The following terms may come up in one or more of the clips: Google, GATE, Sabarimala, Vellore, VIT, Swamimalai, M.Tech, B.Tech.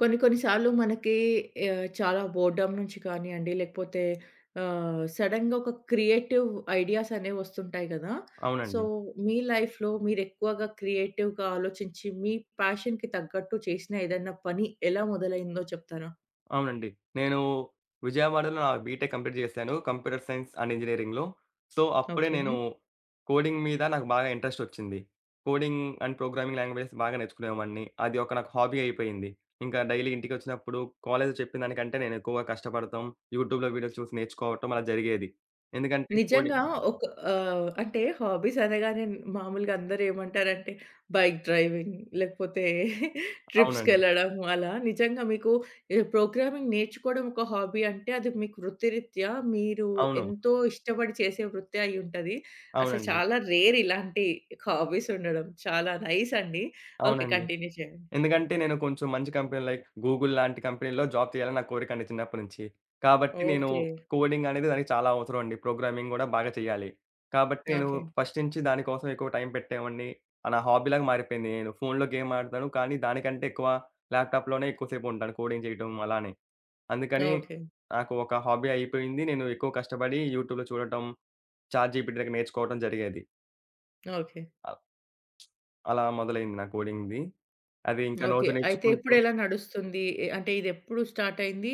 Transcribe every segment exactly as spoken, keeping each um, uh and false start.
కొన్ని కొన్ని సార్లు మనకి ఆహ్, చాలా బోర్డమ్ నుంచి కానియండి, లేకపోతే ఆహ్, సడెన్‌గా ఒక క్రియేటివ్ ఐడియాస్ అనేవి వస్తుంటాయి గదా! సో, అవునండి. మీ లైఫ్‌లో మీరెక్కువగా క్రియేటివ్‌గా ఆలోచించి, మీ ప్యాషన్‌కి తగ్గట్టు చేసిన ఏదైనా పని ఎలా మొదలైందో చెప్తారా? అవునండి. నేను విజయవాడలో నా బీటెక్ కంప్లీట్ చేశాను. కంప్యూటర్ సైన్స్ అండ్ ఇంజినీరింగ్‌లో. సో, అప్పుడే ఓకే. నేను కోడింగ్ మీద నాకు బాగా ఇంట్రెస్ట్ వచ్చింది. కోడింగ్ అండ్ ప్రోగ్రామింగ్ లాంగ్వేజెస్ బాగా నేర్చుకునేవాడిని. అది ఒక నాకు హాబీ అయిపోయింది. ఇంకా డైలీ ఇంటికొచ్చినప్పుడు కాలేజ్‌లో చెప్పిన దానికంటే నేను ఎక్కువగా కష్టపడటం, యూట్యూబ్‌లో వీడియోస్ చూసి నేర్చుకోవటం అలా జరిగేది. ఎందుకంటే నిజంగా కోడింగ్ ఒక ఆహ్, అంటే హాబీస్ అనగానే మామూలుగా అందరూ ఏమంటారంటే బైక్ డ్రైవింగ్ లేకపోతే అవునండి. ట్రిప్స్‌కెళ్ళడం అలా. నిజంగా మీకు ఈ ప్రోగ్రామింగ్ నేర్చుకోవడం ఒక హాబీ అంటే అది మీకు వృత్తిరీత్యా మీరు అవును. ఎంతో ఇష్టపడి చేసే వృత్తి అయి ఉంటది. అసలు అవునండి. చాలా రేర్ ఇలాంటి హాబీస్ ఉండడం. చాలా నైస్ అండి. ఓకే. అవునండి. కంటిన్యూ చేయండి. ఎందుకంటే నేను కొంచెం మంచి కంపెనీ లైక్ గూగుల్ లాంటి కంపెనీలో జాబ్ చేయాలని నా కోరికండి చిన్నప్పటి నుంచి. కాబట్టి నేను ఓకే. కోడింగ్ అనేది దానికి చాలా అవసరం అండి. ప్రోగ్రామింగ్ గూడా బాగా చేయాలి. కాబట్టి నేను ఓకే. ఫస్ట్ నుంచి దాని కోసం ఎక్కువ టైం పెట్టేవాడిని. నా హాబీలాగా మారిపోయింది. నేను ఫోన్‌లో గేమ్ ఆడతాను. కానీ దానికంటే ఎక్కువ ల్యాప్‌టాప్‌లోనే ఎక్కువసేపు ఉంటాను కోడింగ్ చేయటం అలానే. అందుకని ఓకే. నాకు ఒక హాబీ అయిపోయింది. నేను ఎక్కువ కష్టపడి యూట్యూబ్‌లో చూడటం, చాట్‌జీపీటీ దగ్గర నేర్చుకోవడం జరిగేది. ఓకే. అ అలా మొదలైంది నా కోడింగ్‌ది. అది ఇంకా ఓకే. రోజు అయితే నేర్చుకుంటూ ఇప్పుడెలా నడుస్తుంది? ఎ అంటే ఇదెప్పుడు స్టార్ట్ అయింది?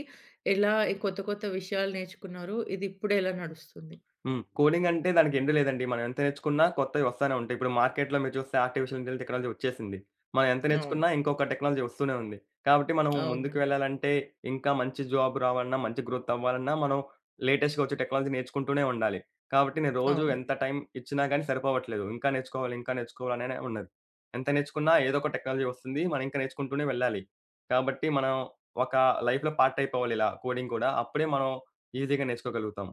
ఎలా ఈ కొత్త, కొత్త విషయాలు నేర్చుకున్నారు? ఇది ఇప్పుడెలా నడుస్తుంది? హ్మ్. కోడింగ్ అంటే దానికి ఎండ్ లేదండి. మనం ఎంత నేర్చుకున్నా కొత్తవి వస్తానే ఉంటాయి. ఇప్పుడు మార్కెట్‌లో మీరు చూస్తే ఆర్టిఫిషియల్ ఇంటెలిజెన్స్ టెక్నాలజీ వచ్చేసింది. మనం ఎంత అవును. నేర్చుకున్నా ఇంకొక టెక్నాలజీ వస్తూనే ఉంది. కాబట్టి మనం అవును. ముందుకు వెళ్ళాలంటే ఇంకా మంచి జాబ్ రావాలన్నా, మంచి గ్రోత్ అవ్వాలన్నా మనం లేటెస్ట్‌గా వచ్చే టెక్నాలజీ నేర్చుకుంటూనే ఉండాలి. కాబట్టి నేను రోజు అవును. ఎంత టైం ఇచ్చినా గాని సరిపోవట్లేదు. ఇంకా నేర్చుకోవాలి, ఇంకా నేర్చుకోవాలనే ఉన్నది. ఎంత నేర్చుకున్నా ఏదో ఒక టెక్నాలజీ వస్తుంది. మనం ఇంకా నేర్చుకుంటూనే వెళ్ళాలి. కాబట్టి మనం ఒక లైఫ్‌లో పార్ట్ అయిపోవాలి ఇలా కోడింగ్ కూడా. అప్పుడే మనం ఈజీగా నేర్చుకోగలుగుతాం.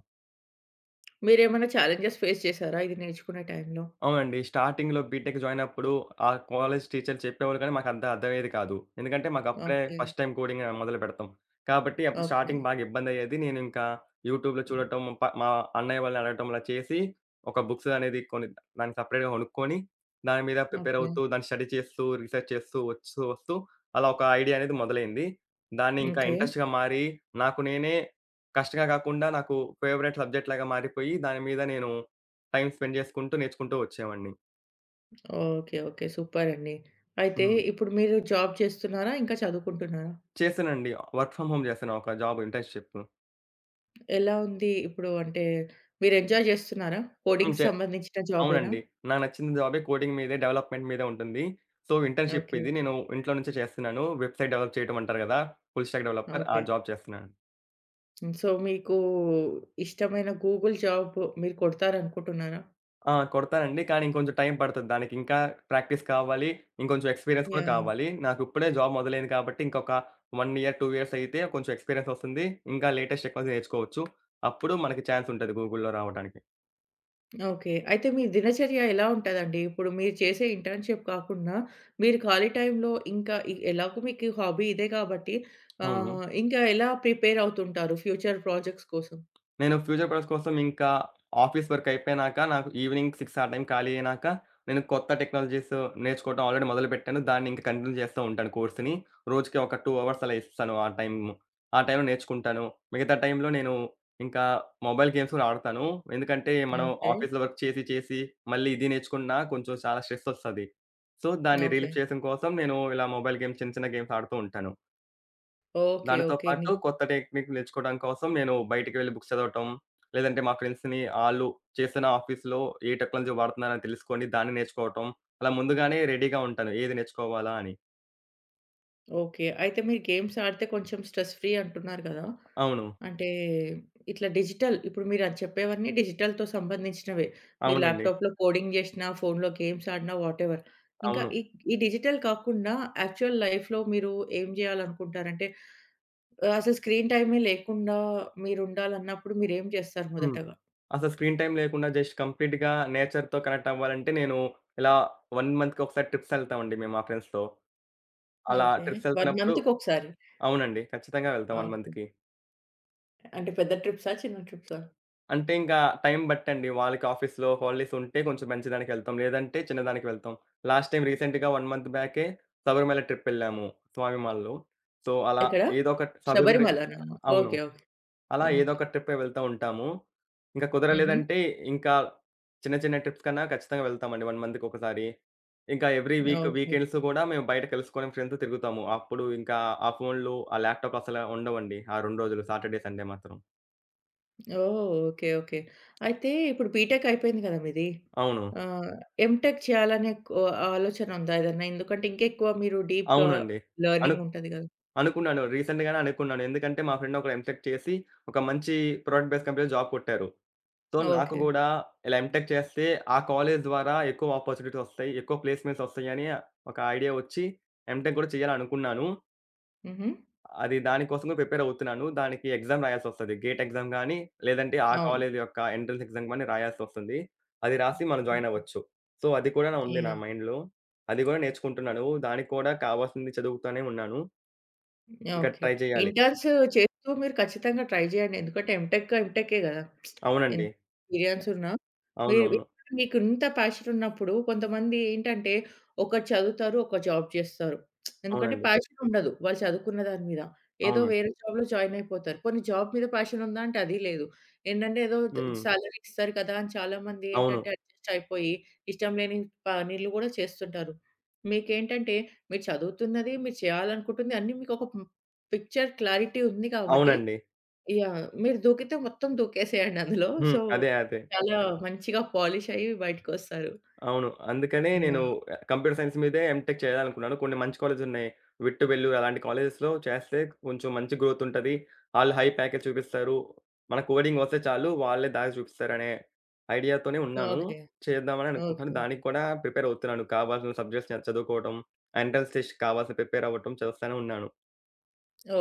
మీరేమైనా ఛాలెంజెస్ ఫేస్ చేసారా ఇది నేర్చుకునే టైంలో? అవునండి. స్టార్టింగ్‌లో బీటెక్ జాయినప్పుడు ఆ కాలేజ్ టీచర్లు చెప్పేవాళ్ళు కానీ మాకంత అర్థమయ్యేది కాదు. ఎందుకంటే మాకప్పుడే ఓకే. ఫస్ట్ టైమ్ కోడింగ్ ఆహ్, మొదలుపెడతాం. కాబట్టి అప్పుడు ఓకే. స్టార్టింగ్ బాగా ఇబ్బందయ్యేది. నేనింకా యూట్యూబ్‌లో చూడటం, ప మా అన్నయ్య వాళ్ళని అడగటం ఇలా చేసి ఒక బుక్స్ అనేది కొని దానికి సెపరేట్‌గా కొనుక్కొని దాని మీద ప్రిపేర్ ఓకే. అవుతూ, దాన్ని స్టడీ చేస్తూ, రీసెర్చ్ చేస్తూ వస్తూ, వస్తూ అలా ఒక ఐడియా అనేది మొదలైంది. దాన్ని ఇంకా ఓకే. ఇంట్రెస్ట్‌గా మారి నాకు నేనే కష్టంగా కాకుండా నాకు ఫేవరెట్ సబ్జెక్ట్ లాగా మారిపోయి దాని మీద నేను టైమ్ స్పెండ్ చేసుకుంటూ, నేర్చుకుంటూ వచ్చేవాడిని. ఓకే. ఓకే. సూపర్ అండి. అయితే హ్మ్. ఇప్పుడు మీరు జాబ్ చేస్తున్నారా? ఇంకా చదువుకుంటున్నారా? చేశానండి. వర్క్ ఫ్రమ్ హోమ్ చేశాను ఒక జాబ్ ఇంటర్న్‌షిప్. ఎలా ఉంది ఇప్పుడు అంటే మీరు ఎంజాయ్ చేస్తున్నారా? హ్మ్. కోడింగ్‌కి చే సంబంధించిన జాబేనా? అవునండి. నాకు నచ్చిన జాబే కోడింగ్ మీదే, డెవలప్‌మెంట్ మీదే ఉంటుంది. So, internship okay. ఇది. నేను ఇంట్లో నుంచే చేస్తున్నాను. వెబ్‌సైట్ డెవలప్ చేయడం అంటారు కదా! ఫుల్ స్టాక్ డెవలపర్ ఆ ఓకే. జాబ్ చేస్తున్నాను. హ్మ్. సో, మీకు ఇష్టమైన గూగుల్ జాబ్ మీరు కొడతారనుకుంటున్నారా? ఆ! కొడతానండి. కానీ ఇంకొంచెం టైం పడతది. దానికి ఇంకా ప్రాక్టీస్ కావాలి. ఇంకొంచెం ఎక్స్‌పీరియన్స్ కూడా యాహ్! కావాలి. నాకు ఇప్పుడే జాబ్ మొదలైంది కాబట్టి ఇంకొక ఒక ఇయర్, రెండు ఇయర్స్ అయితే కొంచెం ఎక్స్‌పీరియన్స్ వస్తుంది. ఇంకా లేటెస్ట్ టెక్నాలజీ నేర్చుకోవచ్చు. అప్పుడు మనకి ఛాన్స్ ఉంటది గూగుల్‌లో రావడానికి. ఓకే. అయితే మీ దినచర్య ఎలా ఉంటదండి? ఇప్పుడు మీరు చేసే ఇంటర్న్‌షిప్ కాకుండా, మీరు ఖాళీ టైంలో ఇంకా ఇ ఎలాగో మీకు హాబీ ఇదే కాబట్టి అవును. ఆహ్, ఇంకా ఎలా ప్రిపేర్ అవుతుంటారు ఫ్యూచర్ ప్రాజెక్ట్స్ కోసం? నేను ఫ్యూచర్ ప్లాన్స్ కోసం ఇంకా ఆఫీస్ వర్క్ అయిపోయినాక, నాకు ఈవినింగ్ ఆరు ఆ టైం ఖాళీ అయినాక, నేను కొత్త టెక్నాలజీస్ నేర్చుకోవడం ఆల్రెడీ మొదలుపెట్టాను. దాన్ని ఇంకా కంటిన్యూ చేస్తూ ఉంటాను కోర్స్‌ని. రోజుకి ఒక రెండు అవర్స్ అలా ఇస్తాను ఆ టైమ్. ఆ టైంలో నేర్చుకుంటాను. మిగతా టైంలో నేను ఇంకా మొబైల్ గేమ్స్ కూడా ఆడతాను. ఎందుకంటే మనం ఓకే. ఆఫీస్‌లో వర్క్ చేసి, చేసి మళ్ళీ ఇది నేర్చుకున్నా కొంచెం చాలా స్ట్రెస్ ఒస్తది. సో, దాన్ని ఓకే. రిలీఫ్ చేయడం కోసం నేను ఇలా మొబైల్ గేమ్స్ చిన్న, చిన్న గేమ్స్ ఆడుతూ ఉంటాను. ఓకే. దానితో ఓకే. పాటు కొత్త టెక్నిక్‌లు నేర్చుకోవడం కోసం నేను బయటికి వెళ్లి బుక్స్ చదవటం, లేదంటే మా ఫ్రెండ్స్‌ని ఆళ్ళు చేసిన ఆఫీస్‌లో ఏ టెక్నాలజీ వాడుతున్నారని తెలుసుకొని దాన్ని నేర్చుకోవటం. అలా ముందుగానే రెడీగా ఉంటాను. ఏది నేర్చుకోవాలా అని. ఓకే. అయితే మీరు గేమ్స్ ఆడితే కొంచెం స్ట్రెస్ ఫ్రీ అంటున్నారు గదా! అవును. అంటే ఇట్లా డిజిటల్ ఇప్పుడు మీరు అది చెప్పేవన్నీ డిజిటల్‌తో సంబంధించినవే. మీరు అవునండి. ల్యాప్‌టాప్‌లో కోడింగ్ జేసినా, ఫోన్‌లో గేమ్స్ ఆడినా వాటెవర్. ఇంకా అవును. ఈ ఈ డిజిటల్ కాకుండా యాక్చువల్ లైఫ్‌లో మీరు ఏం జేయాలనుకుంటారు? అంటే ఆహ్, అసలు స్క్రీన్ టైమే లేకుండా మీరుండాలన్నప్పుడు మీరేం జేస్తారు హ్మ్. మొదటగా? అసలు స్క్రీన్ టైమ్ లేకుండా జస్ట్ కంప్లీట్‌గా నేచర్‌తో కనెక్ట్ అవ్వాలంటే నేను ఇలా ఒక మంత్‌కి ఒకసారి ట్రిప్స్ ఎళ్తామండి మేము మా ఫ్రెండ్స్‌తో. అలా ఓకే. ట్రిప్స్ ఒక ఎళ్తున్నప్పుడు మంత్‌కొకసారి. అవునండి. ఖచ్చితంగా ఆ! వెళ్తాం ఒక ఓకే. మంత్‌కి. అంటే పెద్ద ట్రిప్సా? చిన్న ట్రిప్సా? అంటే ఇంకా టైం బట్టండి. వాళ్ళకి ఆఫీస్‌లో హాలిడేస్ ఉంటే కొంచెం మంచి దానికి వెళ్తాం. లేదంటే చిన్నదానికి వెళ్తాం. లాస్ట్ టైం రీసెంట్‌గా ఒక మంత్ బ్యాకే శబరిమల ట్రిప్ వెళ్ళాము స్వామిమాల్లో. సో, అలా ఎక్కడ? ఏదో ఒక శబరిమల శబరిమలనా? అవును. ఓకే. ఓకే. అలా ఏదో ఓకే. ఒక ట్రిప్‌కి వెళ్తా ఉంటాము. ఇంకా హుహు. కుదరలేదంటే ఇంకా చిన్న చిన్న ట్రిప్స్ కన్నా ఖచ్చితంగా వెళ్తామండి ఒక మంత్‌కి ఒకసారి. ఇంకా ఎవ్రీ వీక్ ఓకే. వీకెండ్స్ కూడా మేము బయట కలుసుకొని ఫ్రెండ్స్‌తో తిరుగుతాము. అప్పుడు ఇంకా ఆ ఫోన్‌లు, ఆ ల్యాప్‌టాప్‌లు అసలు ఉండవండి. ఆ రెండు రోజులు సాటర్‌డే, సండే మాత్రం. ఓహ్! ఓకే. ఓకే. అయితే ఇప్పుడు బీటెక్ అయిపోయింది కదా! మీది. అవును. ఆహ్, ఎంటెక్ చేయాలనే కో ఆలోచన ఉందా ఏదన్నా? ఎందుకంటే ఇంకెక్కువ మీరు డీప్‌గా అవునండి. అను లెర్నింగ్ ఉంటది కదా! అనుకున్నాను. రీసెంట్‌గానే అనుకున్నాను. ఎందుకంటే మా ఫ్రెండ్ ఒకడు ఎంటెక్ చేసి ఒక మంచి ప్రొడక్ట్ బేస్డ్ కంపెనీలో జాబ్ కొట్టారు. సో, నాకు ఓకే. గూడా ఇలా ఎంటెక్ చేస్తే ఆ కాలేజ్ ద్వారా ఎక్కువ ఆపర్చునిటీస్ ఒస్తాయి. ఎక్కువ ప్లేస్‌మెంట్స్ ఒస్తాయని ఒక ఐడియా ఒచ్చి ఎంటెక్ గూడా చేయాలనుకున్నాను. హుహు. అది దానికోసం గూడా ప్రిపేర్ అవుతున్నాను. దానికి ఎగ్జామ్ రాయాల్సొస్తది. గేట్ ఎగ్జామ్ గానీ, లేదంటే ఆ అవును. కాలేజ్ యొక్క ఎంట్రన్స్ ఎగ్జామ్ గానీ రాయాల్సొస్తుంది. అది రాసి మనం జాయిన్ అవ్వచ్చు. సో, అది కూడా నా- ఉంది నా యాహ్! మైండ్‌లో. అది గూడా నేర్చుకుంటున్నాను. దానికి కూడా కావాల్సింది చదువుతానే ఉన్నాను. ఇంకా ఓకే. ట్రై చేయాలి. ఇంటర్న్స్ చేస్తూ మీరు ఖచ్చితంగా ట్రై జేయండి. ఎందుకంటే ఎంటెక్, ఎంటెకే గదా! అవునండి. ఎంత ఎక్స్‌పీరియన్స్ ఉన్నా మీరు అవునవును. మీకు ఇంత ప్యాషన్ ఉన్నప్పుడు కొంతమంది ఏంటంటే ఒకటి చదువుతారు, ఒక జాబ్ జేస్తారు. ఎందుకంటే అవునండి. ప్యాషన్ ఉండదు. వాళ్ళు చదువుకున్న దాని మీద. ఏదో అవునండి. వేరే జాబ్‌లో జాయిన్ అయిపోతారు. పోనీ జాబ్ మీద ప్యాషన్ ఉందా అంటే అది లేదు. ఏంటంటే ఏదో త హ్మ్. సాలరీ ఇస్తారు కదా! అని చాలామంది అవును. ఏంటంటే అడ్జస్ట్ అయిపోయి ఇష్టం లేని పనులు గూడా చేస్తుంటారు. మీకేంటంటే మీరు చదువుతున్నది, మీరు చేయాలనుకుంటుంది అన్నీ మీకొక పిక్చర్ క్లారిటీ ఉంది కాబట్టి అవునండి. యాహ్! మీరు దూకితే మొత్తం దూకేసేయండి అందులో. హ్మ్. సో, అదే. అదే. చాలా మంచిగా పాలిష్ అయ్యి బయటికొస్తారు. అవును. అందుకనే నేను యాహ్! ఆహ్, కంప్యూటర్ సైన్స్ మీదే ఎంటెక్ చేయాలనుకున్నాను. కొన్ని మంచి కాలేజులున్నాయి. విట్టు, వెల్లూరు అలాంటి కాలేజెస్‌లో చేస్తే కొంచెం మంచి గ్రోత్ ఉంటది. ఆళ్ళు హై ప్యాకేజ్ చూపిస్తారు. మన కోడింగ్ వస్తే చాలు వాళ్ళే దారి చూపిస్తారనే ఐడియాతోనే ఉన్నాను. ఓకే. చేద్దామని అనుకుంటున్నాను. ఓకే. దానికి కూడా ప్రిపేర్ అవుతున్నాను. కావాల్సిన సబ్జెక్ట్స్ చ చదువుకోవటం, ఎంట్రన్స్ టెస్ట్‌కి కావాల్సిన ప్రిపేర్ అవ్వటం చేస్తానే ఉన్నాను.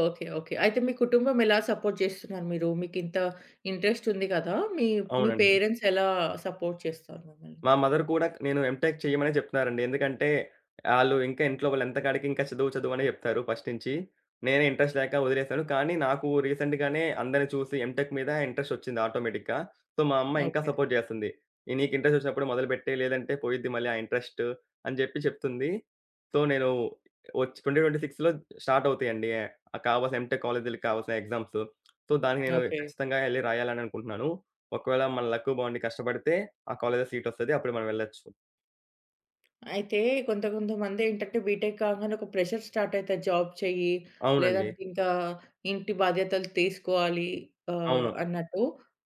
ఓకే. ఓకే. అయితే మీ కుటుంబం ఎలా సపోర్ట్ చేస్తున్నారు మీరు? మీకింత ఇంట్రెస్ట్ ఉంది కదా! మీ మీ అవునండి. పేరెంట్స్ ఎలా సపోర్ట్ చేస్తారు మిమ్మల్ని? మా మదర్ కూడా నేను ఎంటెక్ చెయ్యమనే చెప్తున్నారండి. ఎందుకంటే, ఆళ్ళు ఇంకా ఇంట్లో వాళ్ళు ఎంతకాడికి ఇంకా చదువు చదువనే చెప్తారు ఫస్ట్ నుంచి. నేనే ఇంట్రెస్ట్ లేక వదిలేసాను. కానీ నాకు రీసెంట్‌గానే అందరిని చూసి ఎంటెక్ మీద ఇంట్రెస్ట్ వచ్చింది ఆటోమేటిక్‌గా. సో, మా అమ్మ ఇంకా ఓకే. సపోర్ట్ చేస్తుంది. "ఈ నీకు ఇంట్రెస్ట్ వచ్చినప్పుడు మొదలుపెట్టేయి. లేదంటే పోయిద్ది మళ్ళీ ఆ ఇంట్రెస్ట్" అని చెప్పి చెప్తుంది. సో, నేను వచ్చి 2026లో స్టార్ట్ అవుతాయండి. ఆహ్, కావాల్సిన ఎంటెక్ కాలేజీలకి కావాల్సిన ఎగ్జామ్స్. సో, దానికి నేను ఓకే. ఖచ్చితంగా ఎళ్లి రాయాలని అనుకుంటున్నాను. ఒకవేళ మన లక్కు బావుండి కష్టపడితే ఆ కాలేజ్‌లో సీటొస్తది. అప్పుడు మనం వెళ్ళొచ్చు. అయితే కొంత కొంతమందేంటంటే బీటెక్ కాగానే ఒక ప్రెషర్ స్టార్ట్ అయితది. జాబ్ చెయ్యి, అవునండి. లేదంటే ఇంకా ఇంటి బాధ్యతలు తీసుకోవాలి ఆహ్, అవును. అన్నట్టు.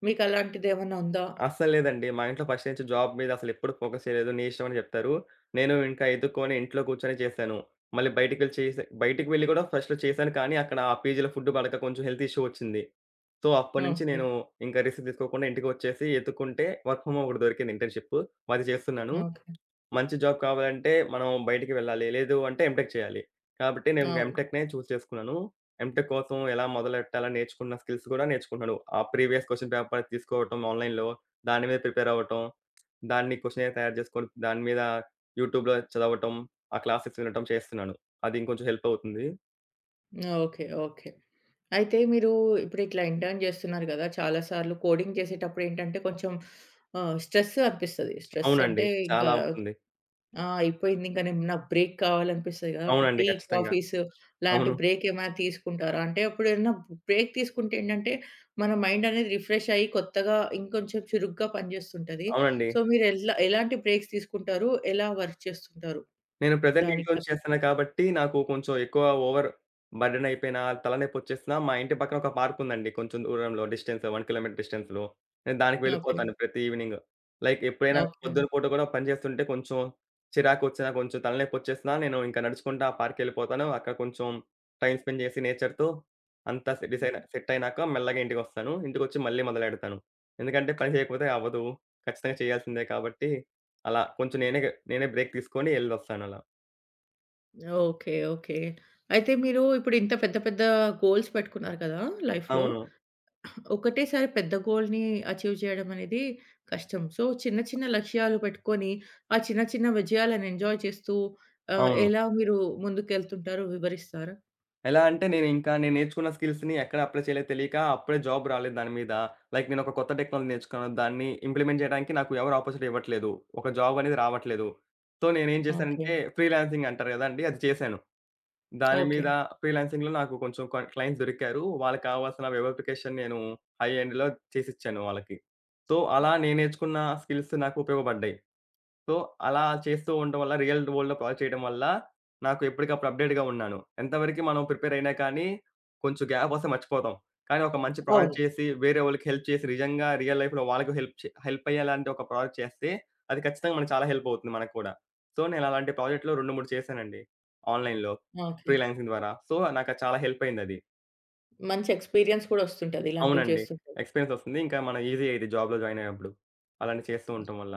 మీకలాంటిదేమన్నా ఉందా? అస్సలు లేదండి. మా ఇంట్లో ఫస్ట్ నుంచి జాబ్ మీద అసలెప్పుడు ఫోకస్ చేయలేదు. నీ ఇష్టం అని చెప్తారు. నేను ఇంకా ఎదుక్కొని ఇంట్లో కూర్చొని చేశాను. మళ్ళీ బయటికెళ్ళి చేసే బయటికి వెళ్లి కూడా ఫస్ట్‌లో చేశాను. కానీ అక్కడ ఆ పీజీలో ఫుడ్ పడక కొంచెం హెల్త్ ఇష్యూ వచ్చింది. సో, అప్పటినుంచి ఓకే. నేను ఇంకా రిస్క్ తీసుకోకుండా ఇంటికొచ్చేసి ఎతుక్కుంటే వర్క్ ఫ్రమ్ హోమ్ ఒకటి దొరికింది ఇంటర్న్‌షిప్. అది చేస్తున్నాను. ఓకే. మంచి జాబ్ కావాలంటే మనం బయటికి వెళ్ళాలి. లేదు అంటే ఎంటెక్ చేయాలి. కాబట్టి నేను అవును. ఎంటెక్‌నే చూజ్ చేసుకున్నాను. ఎంటెక్ కోసం ఎలా మొదలెట్టాలని నేర్చుకున్న స్కిల్స్ కూడా నేర్చుకున్నాను. ఆ ప్రీవియస్ క్వెషన్ పేపర్ తీసుకోవటం ఆన్‌లైన్‌లో, దాని మీద ప్రిపేర్ అవ్వటం, దాన్ని క్వెషనైర్ తయారు చేసుకొని దాని మీద యూట్యూబ్‌లో చదవటం, ఆ క్లాసెస్ వినటం చేస్తున్నాను. అది ఇంకొంచెం హెల్ప్ అవుతుంది. ఓకే. ఓకే. అయితే మీరు ఇప్పుడిట్లా ఇంటర్న్ చేస్తున్నారు గదా! చాలా సార్లు కోడింగ్ చేసేటప్పుడేంటంటే కొంచెం ఆహ్, స్ట్రెస్ అనిపిస్తది. స్ట్రెస్ అవునండి. అంటే ఇంకా చాలా వస్తుంది. ఆ! అయిపోయిందింక నేను నాకు బ్రేక్ కావాలనిపిస్తది గదా! అప్పుడు అవునండి. టీ, ఖచ్చితంగా. కాఫీస్ లాంటి అవును. బ్రేక్ ఏమైనా తీసుకుంటారా? అంటే అప్పుడేమన్నా బ్రేక్ తీసుకుంటే ఏంటంటే, మన మైండ్ అనేది రిఫ్రెష్ అయ్యి కొత్తగా ఇంకొంచెం చురుగ్గా పనిజేస్తుంటది. అవునండి. సో, మీరు ఎట్లా ఎలాంటి బ్రేక్స్ తీసుకుంటారు? ఎలా వర్క్ చేస్తుంటారు? నేను ప్రెజెంట్ ఇంట్లో దానికి నుంచి తగ్గట్టు. చేస్తున్నా కాబట్టి, నాకు కొంచెం ఎక్కువ ఓవర్ బర్డెన్ అయిపోయినా, తలనొప్పొచ్చేసినా మా ఇంటి పక్కన ఒక పార్క్ ఉందండి. కొంచెం దూరంలో డిస్టెన్స్ ఒక కిలోమీటర్ డిస్టెన్స్‌లో. నేను దానికి ఓకే. వెళ్ళిపోతాను ప్రతి ఈవెనింగ్. లైక్ ఎప్పుడైనా ఓకే. పొద్దున పూట కూడా పని చేస్తుంటే కొంచెం చిరాకొచ్చినా, కొంచెం తలనొప్పొచ్చేసినా నేను ఇంకా నడుచుకుంటా ఆ పార్క్‌కెళ్ళిపోతాను. అక్కడ కొంచెం టైమ్ స్పెండ్ చేసి నేచర్‌తో అంతా సె డిసైడ్ సెట్ అయినాక మెల్లగా ఇంటికొస్తాను. ఇంటికొచ్చి మళ్ళీ మొదలెడతాను. ఎందుకంటే పని చేయకపోతే అవ్వదు. ఖచ్చితంగా చేయాల్సిందే కాబట్టి, అలా కొంచెం నేనే నేనే బ్రేక్ తీసుకొని ఎళ్ళొస్తానలా. ఓకే. ఓకే. అయితే మీరు ఇప్పుడు ఇంత పెద్ద పెద్ద గోల్స్ పెట్టుకున్నారు కదా! లైఫ్‌లో అవును. ఒకటేసారి పెద్ద గోల్‌ని అచీవ్ చేయడం అనేది కష్టం. సో, చిన్న చిన్న లక్ష్యాలు పెట్టుకొని, ఆ చిన్న చిన్న విజయాలను ఎంజాయ్ చేస్తూ ఆహ్, అవును. ఎలా మీరు ముందుకెళ్తుంటారో వివరిస్తారా? ఎలా అంటే నేనింకా నేను నేర్చుకున్న స్కిల్స్‌ని ఎక్కడ అప్లై చేయలేదో తెలియక అప్పుడే జాబ్ రాలేదు దాని మీద. లైక్ నేనొక కొత్త టెక్నాలజీ నేర్చుకున్నాను. దాన్ని ఇంప్లిమెంట్ చేయడానికి నాకు ఎవరు ఆపర్చునిటీ ఇవ్వట్లేదు. ఒక జాబ్ అనేది రావట్లేదు. సో, నేనేం ఓకే. చేశానంటే ఫ్రీలాన్సింగ్ అంటారు కదండీ! అది చేశాను. దాని ఓకే. మీద ఫ్రీలాన్సింగ్‌లో నాకు కొంచెం క క్లయింట్స్ దొరికారు. వాళ్ళకి కావాల్సిన వెరిఫికేషన్ నేను హై ఎండ్‌లో చేసిచ్చాను వాళ్ళకి. సో, అలా నేను నేర్చుకున్న స్కిల్స్ నాకు ఉపయోగపడ్డాయి. సో, అలా చేస్తూ ఉండడం వల్ల రియల్ వరల్డ్‌లో కాల్ చేయడం వల్ల నాకు ఎప్పటికప్పుడు అప్‌డేట్‌గా ఉన్నాను. ఎంతవరకి మనం ప్రిపేర్ అయినా కానీ కొంచెం గ్యాప్ వస్తే మర్చిపోతాం. కానీ ఒక మంచి అవును. ప్రోడక్ట్ చేసి వేరే వాళ్ళకి హెల్ప్ చేసి నిజంగా రియల్ లైఫ్‌లో వాళ్ళకి హెల్ప్ చే హెల్ప్ అయ్యేలాంటి ఒక ప్రోడక్ట్ చేస్తే అది ఖచ్చితంగా మనకు చాలా హెల్ప్ అవుతుంది మనకు కూడా. సో, నేను అలాంటి ప్రాజెక్ట్‌లు రెండు, మూడు చేశానండి ఆన్‌లైన్‌లో ఓకే. ఫ్రీలాన్సింగ్ ద్వారా. సో, నాకు అది చాలా హెల్ప్ అయిందది. మంచి ఎక్స్‌పీరియన్స్ కూడా వస్తుంటది ఇలాంటివి అవునండి. చేస్తుంటే. ఎక్స్‌పీరియన్స్ వస్తుంది. ఇంకా మన ఈజీ అయిద్ది జాబ్‌లో జాయిన్ అయినప్పుడు. అలాంటివి చేస్తూ ఉండటం వల్ల.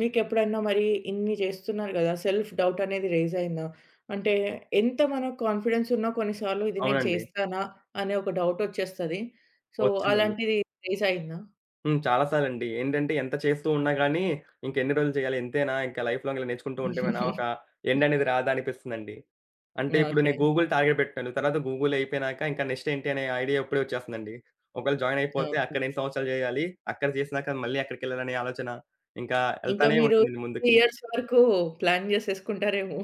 మీకెప్పుడైనా మరి ఇన్ని చేస్తున్నారు గదా! సెల్ఫ్ డౌట్ అనేది రైజ్ అయిందా? అంటే ఎంత మనకు కాన్ఫిడెన్స్ ఉన్నా కొన్నిసార్లు ఇది నేను అవునండి. చేస్తానా అనే ఒక డౌట్ వచ్చేస్తది. సో, వచ్చిందండి. అలాంటిది రైజ్ అయిందా? హ్మ్. చాలా సార్లండి. ఏంటంటే ఎంత చేస్తూ ఉన్నా గానీ, ఇంకెన్ని రోజులు చేయాలి ఇంతేనా ఇంకా లైఫ్ లాంగ్ ఇలా నేర్చుకుంటూ ఉంటేమనా ఒక ఎండ్ అనేది రాదా అనిపిస్తుందండి. అంటే ఇప్పుడు ఓకే. నేను గూగుల్ టార్గెట్ పెట్టాను. తర్వాత గూగుల్ అయిపోయినాక ఇంకా నెక్స్ట్ ఏంటి అనే ఐడియా ఇప్పుడే వచ్చేస్తుందండి. ఒకవేళ జాయిన్ అయిపోతే ఓకే. అక్కడ ఎన్ని సంవత్సరాలు చేయాలి? అక్కడ చేసినాక మళ్ళీ ఎక్కడికెళ్ళాలనే ఆలోచన ఇంకా ఇంకా ఎళ్తానే మీరు ఉంటుందండి మూడు ముందుకి. ఇయర్స్ వరకు ప్లాన్ జేసేసుకుంటారేమో.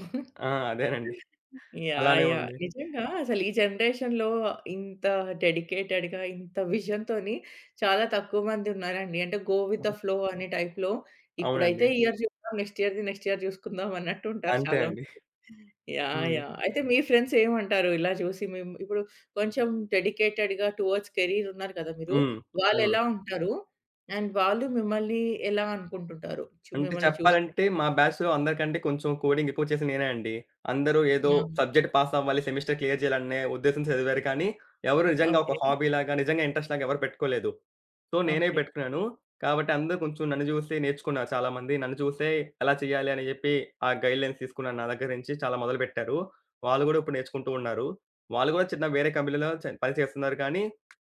ఆ! అదేనండి. యాహ్! అలానే యాహ్! ఉంది. నిజంగా అసలు ఈ జనరేషన్‌లో ఇంత డెడికేటెడ్‌గా, ఇంత విజన్‌తోని చాలా తక్కువ మంది ఉన్నారండి. అంటే గో విత్ ద ఫ్లో అనే టైప్‌లో అవునండి. ఇప్పుడైతే ఈ ఇయర్ చూద్దాం, నెక్స్ట్ ఇయర్‌ది నెక్స్ట్ ఇయర్ చూసుకుందాం అన్నట్టు ఉంటారు అంతే చాలా అండి. మంది. యాహ్! హ్మ్. యాహ్! అయితే మీ ఫ్రెండ్స్ ఏమంటారు? ఇలా చూసి మేము ఇప్పుడు కొంచెం డెడికేటెడ్‌గా టువర్డ్స్ కెరీర్ ఉన్నారు కదా మీరు. హ్మ్. అవును. వాళ్ళెలా ఉంటారు? అండ్ వాళ్ళు మిమ్మల్ని ఎలా అనుకుంటుంటారు? చు అంటే మిమ్మల్ని చూస్తే? చెప్పాలంటే మా బ్యాచ్‌లో అందరికంటే కొంచెం కోడింగ్ ఎక్కువ చేసింది నేనే అండి. అందరూ ఏదో యాహ్! సబ్జెక్ట్ పాస్ అవ్వాలి, సెమిస్టర్ క్లియర్ చేయాలనే ఉద్దేశం చదివారు కానీ, ఎవరు నిజంగా ఒక ఓకే. హాబీలాగా, నిజంగా ఇంట్రెస్ట్ లాగా ఎవరు పెట్టుకోలేదు. సో, నేనే ఓకే. పెట్టుకున్నాను. కాబట్టి అందరూ కొంచెం నన్ను చూసి నేర్చుకున్నారు చాలామంది. నన్ను చూసే ఎలా చేయాలి అని చెప్పి ఆ గైడ్‌లైన్స్ తీసుకున్నారు నా దగ్గర నుంచి. చాలా మొదలుపెట్టారు. వాళ్ళు కూడా ఇప్పుడు నేర్చుకుంటూ ఉన్నారు. వాళ్ళు కూడా చిన్న వేరే కంపెనీలో చ పని చేస్తున్నారు కానీ,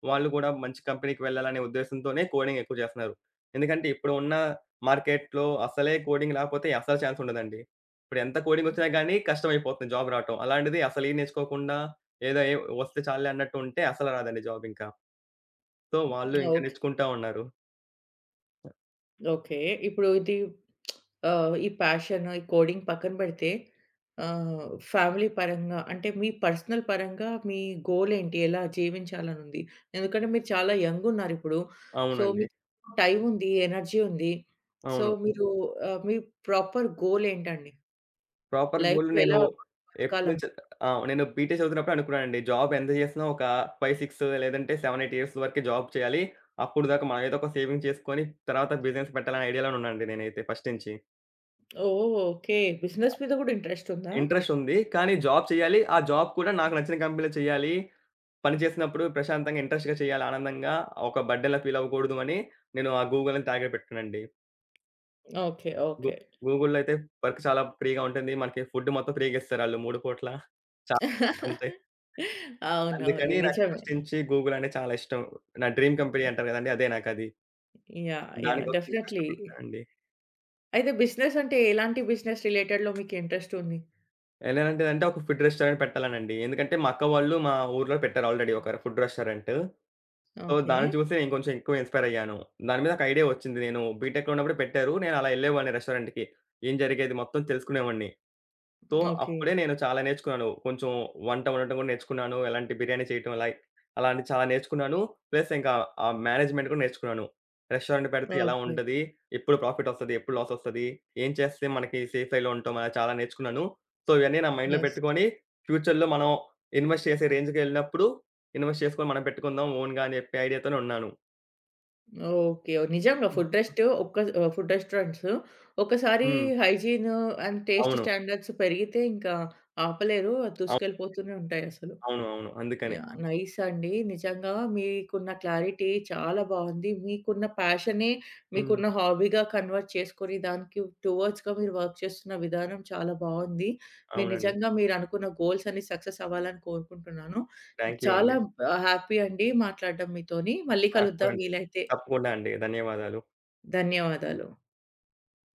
వాళ్ళు కూడా మంచి కంపెనీకి వెళ్ళాలనే ఉద్దేశ్యంతోనే కోడింగ్ ఎక్కువ చేస్తున్నారు. ఎందుకంటే ఇప్పుడు ఉన్న మార్కెట్‌లో అసలే కోడింగ్ రాకపోతే అసలు ఛాన్స్ ఉండదండి. ఇప్పుడు ఎంత కోడింగొచ్చినా గానీ కష్టమైపోతుంది జాబ్ రావటం. అలాంటిది అసలేం నేర్చుకోకుండా ఏదో ఏ వస్తే చాలులే అన్నట్టు ఉంటే అసలు రాదండి జాబ్ ఇంకా. సో, వాళ్ళు ఇంకా ఓకే. నేర్చుకుంటా ఉన్నారు. ఓకే. ఇప్పుడు ఇది ఆహ్, ఈ ప్యాషన్, ఈ కోడింగ్ పక్కన పెడితే ఆహ్, ఫ్యామిలీ పరంగా అంటే మీ పర్సనల్ పరంగా మీ గోల్ ఏంటి? ఎలా జీవించాలనుంది? ఎందుకంటే మీరు చాలా యంగ్ ఉన్నారిప్పుడు. సో, అవునండి. మీకు టైం ఉంది, ఎనర్జీ ఉంది. సో, అవును. మీరు ఆహ్, మీ ప్రాపర్ గోల్ ఏంటండి? ప్రాపర్ గోల్ లైఫ్‌లో నేను ఎలా బతకాలను ఎప్పటినుంచో ఆ! నేను బీటెక్ చదువుతున్నప్పుడే అనుకున్నానండి. జాబ్ ఎంత చేసినా ఒక ఐదు, ఆరు లేదంటే ఏడు, ఎనిమిది ఇయర్స్ వరకే జాబ్ చేయాలి. అప్పుడు దాకా మనం ఏదో ఒక సేవింగ్ చేసుకొని తర్వాత బిజినెస్ పెట్టాలనే ఐడియాలోనే ఉన్నానండి నేనైతే ఫస్ట్ నుంచి. ఓహ్! ఓకే. బిజినెస్ మీద కూడా ఇంట్రెస్ట్ ఉందా? ఇంట్రెస్ట్ ఉంది. కానీ జాబ్ చేయాలి. ఆ జాబ్ కూడా నాకు నచ్చిన కంపెనీలో చేయాలి. పని చేసినప్పుడు ప్రశాంతంగా, ఇంట్రెస్ట్‌గా చేయాలి. ఆనందంగా ఒక బర్డెన్‌లా ఫీల్ అవ్వకూడదు అని నేను ఆ గూగుల్ అని టార్గెట్ పెట్టుకున్నానండి. ఓకే. గూ ఓకే. గూగుల్‌లో అయితే వర్క్ చాలా ఫ్రీగా ఉంటుంది. మనకి ఫుడ్ మొత్తం ఫ్రీగా ఇస్తారు ఆళ్ళు మూడు పూట్ల. చాలా వర్క్స్ ఉంటాయి. అవునవును. అందుకని నాకు నిజమే. ఫస్ట్ నుంచి గూగుల్ అంటే చాలా ఇష్టం. నా డ్రీమ్ కంపెనీ అంటారు కదండీ! అదే నాకది. యాహ్! యాహ్! దానికోసం నేను డెఫినైట్‌లీ. కష్టపడతానండి. అయితే బిజినెస్ అంటే ఎలాంటి బిజినెస్ రిలేటెడ్‌లో మీకు ఇంట్రెస్ట్ ఉంది? ఎలాంటిదంటే ఒక ఫుడ్ రెస్టారెంట్ పెట్టాలనండి. ఎందుకంటే మా అక్క వాళ్ళు మా ఊర్లో పెట్టారు ఆల్రెడీ ఒక ఫుడ్ రెస్టారెంట్. So, okay. దాన్ని చూసి నేను కొంచెం ఎక్కువ ఇన్‌స్పైర్ అయ్యాను. దాని మీద ఒక ఐడియా వచ్చింది. నేను బీటెక్‌లో ఉన్నప్పుడు పెట్టారు. నేను అలా ఎళ్ళేవాడిని రెస్టారెంట్‌కి. ఏం జరిగేది మొత్తం తెలుసుకునేవాడిని. So, okay. అప్పుడే నేను చాలా నేర్చుకున్నాను. కొంచెం వంట వండటం కూడా నేర్చుకున్నాను. ఎలాంటి బిర్యానీ చేయటం లైక్ అలాంటి చాలా నేర్చుకున్నాను. ప్లస్ ఇంకా ఆ మేనేజ్‌మెంట్ కూడా నేర్చుకున్నాను. రెస్టారెంట్ పెడితే ఎలా ఓకే. ఉంటది? ఎప్పుడు ప్రాఫిట్ వస్తది? ఎప్పుడు లాస్ వస్తది? ఏం చేస్తే మనకి సేఫ్ వేలో ఉంటాం? అలా చాలా నేర్చుకున్నాను. సో, ఇవన్నీ నా మైండ్‌లో యెస్. పెట్టుకొని ఫ్యూచర్‌లో మనం ఇన్వెస్ట్ చేసే రేంజ్‌కెళ్ళినప్పుడు ఇన్వెస్ట్ చేసుకొని మనం పెట్టుకుందాం ఓన్‌గా అని చెప్పి ఐడియాతోనే ఉన్నాను. ఓకే. నిజంగా ఫుడ్ రెస్ట్ ఒక్క ఆహ్, ఫుడ్ రెస్టారెంట్స్ ఒకసారి హ్మ్. హైజీన్ అండ్ టేస్ట్ అవును. స్టాండర్డ్స్ పెరిగితే ఇంకా ఆపలేరు. అది అవును. దూసుకెళ్ళిపోతూనే ఉంటాయసలు. అవును. అవును. అందుకనే. యాహ్! నైస్ అండి. నిజంగా మీకున్న క్లారిటీ చాలా బావుంది. మీకున్న ప్యాషనే హ్మ్. మీకున్న హాబీగా కన్వర్ట్ చేసుకొని దానికి టువర్డ్స్‌గా మీరు వర్క్ చేస్తున్న విధానం చాలా బావుంది. మీరు అవునండి. నిజంగా మీరనుకున్న గోల్స్ అన్ని సక్సెస్ అవ్వాలని కోరుకుంటున్నాను. థాంక్ యూ చాలా అండి. ఆహ్, హ్యాపీ అండి మాట్లాడడం మీతోని. మళ్ళీ నాకు కూడా కలుద్దాం అండి. వీలైతే. తప్పకుండా అండి. ధన్యవాదాలు. ధన్యవాదాలు.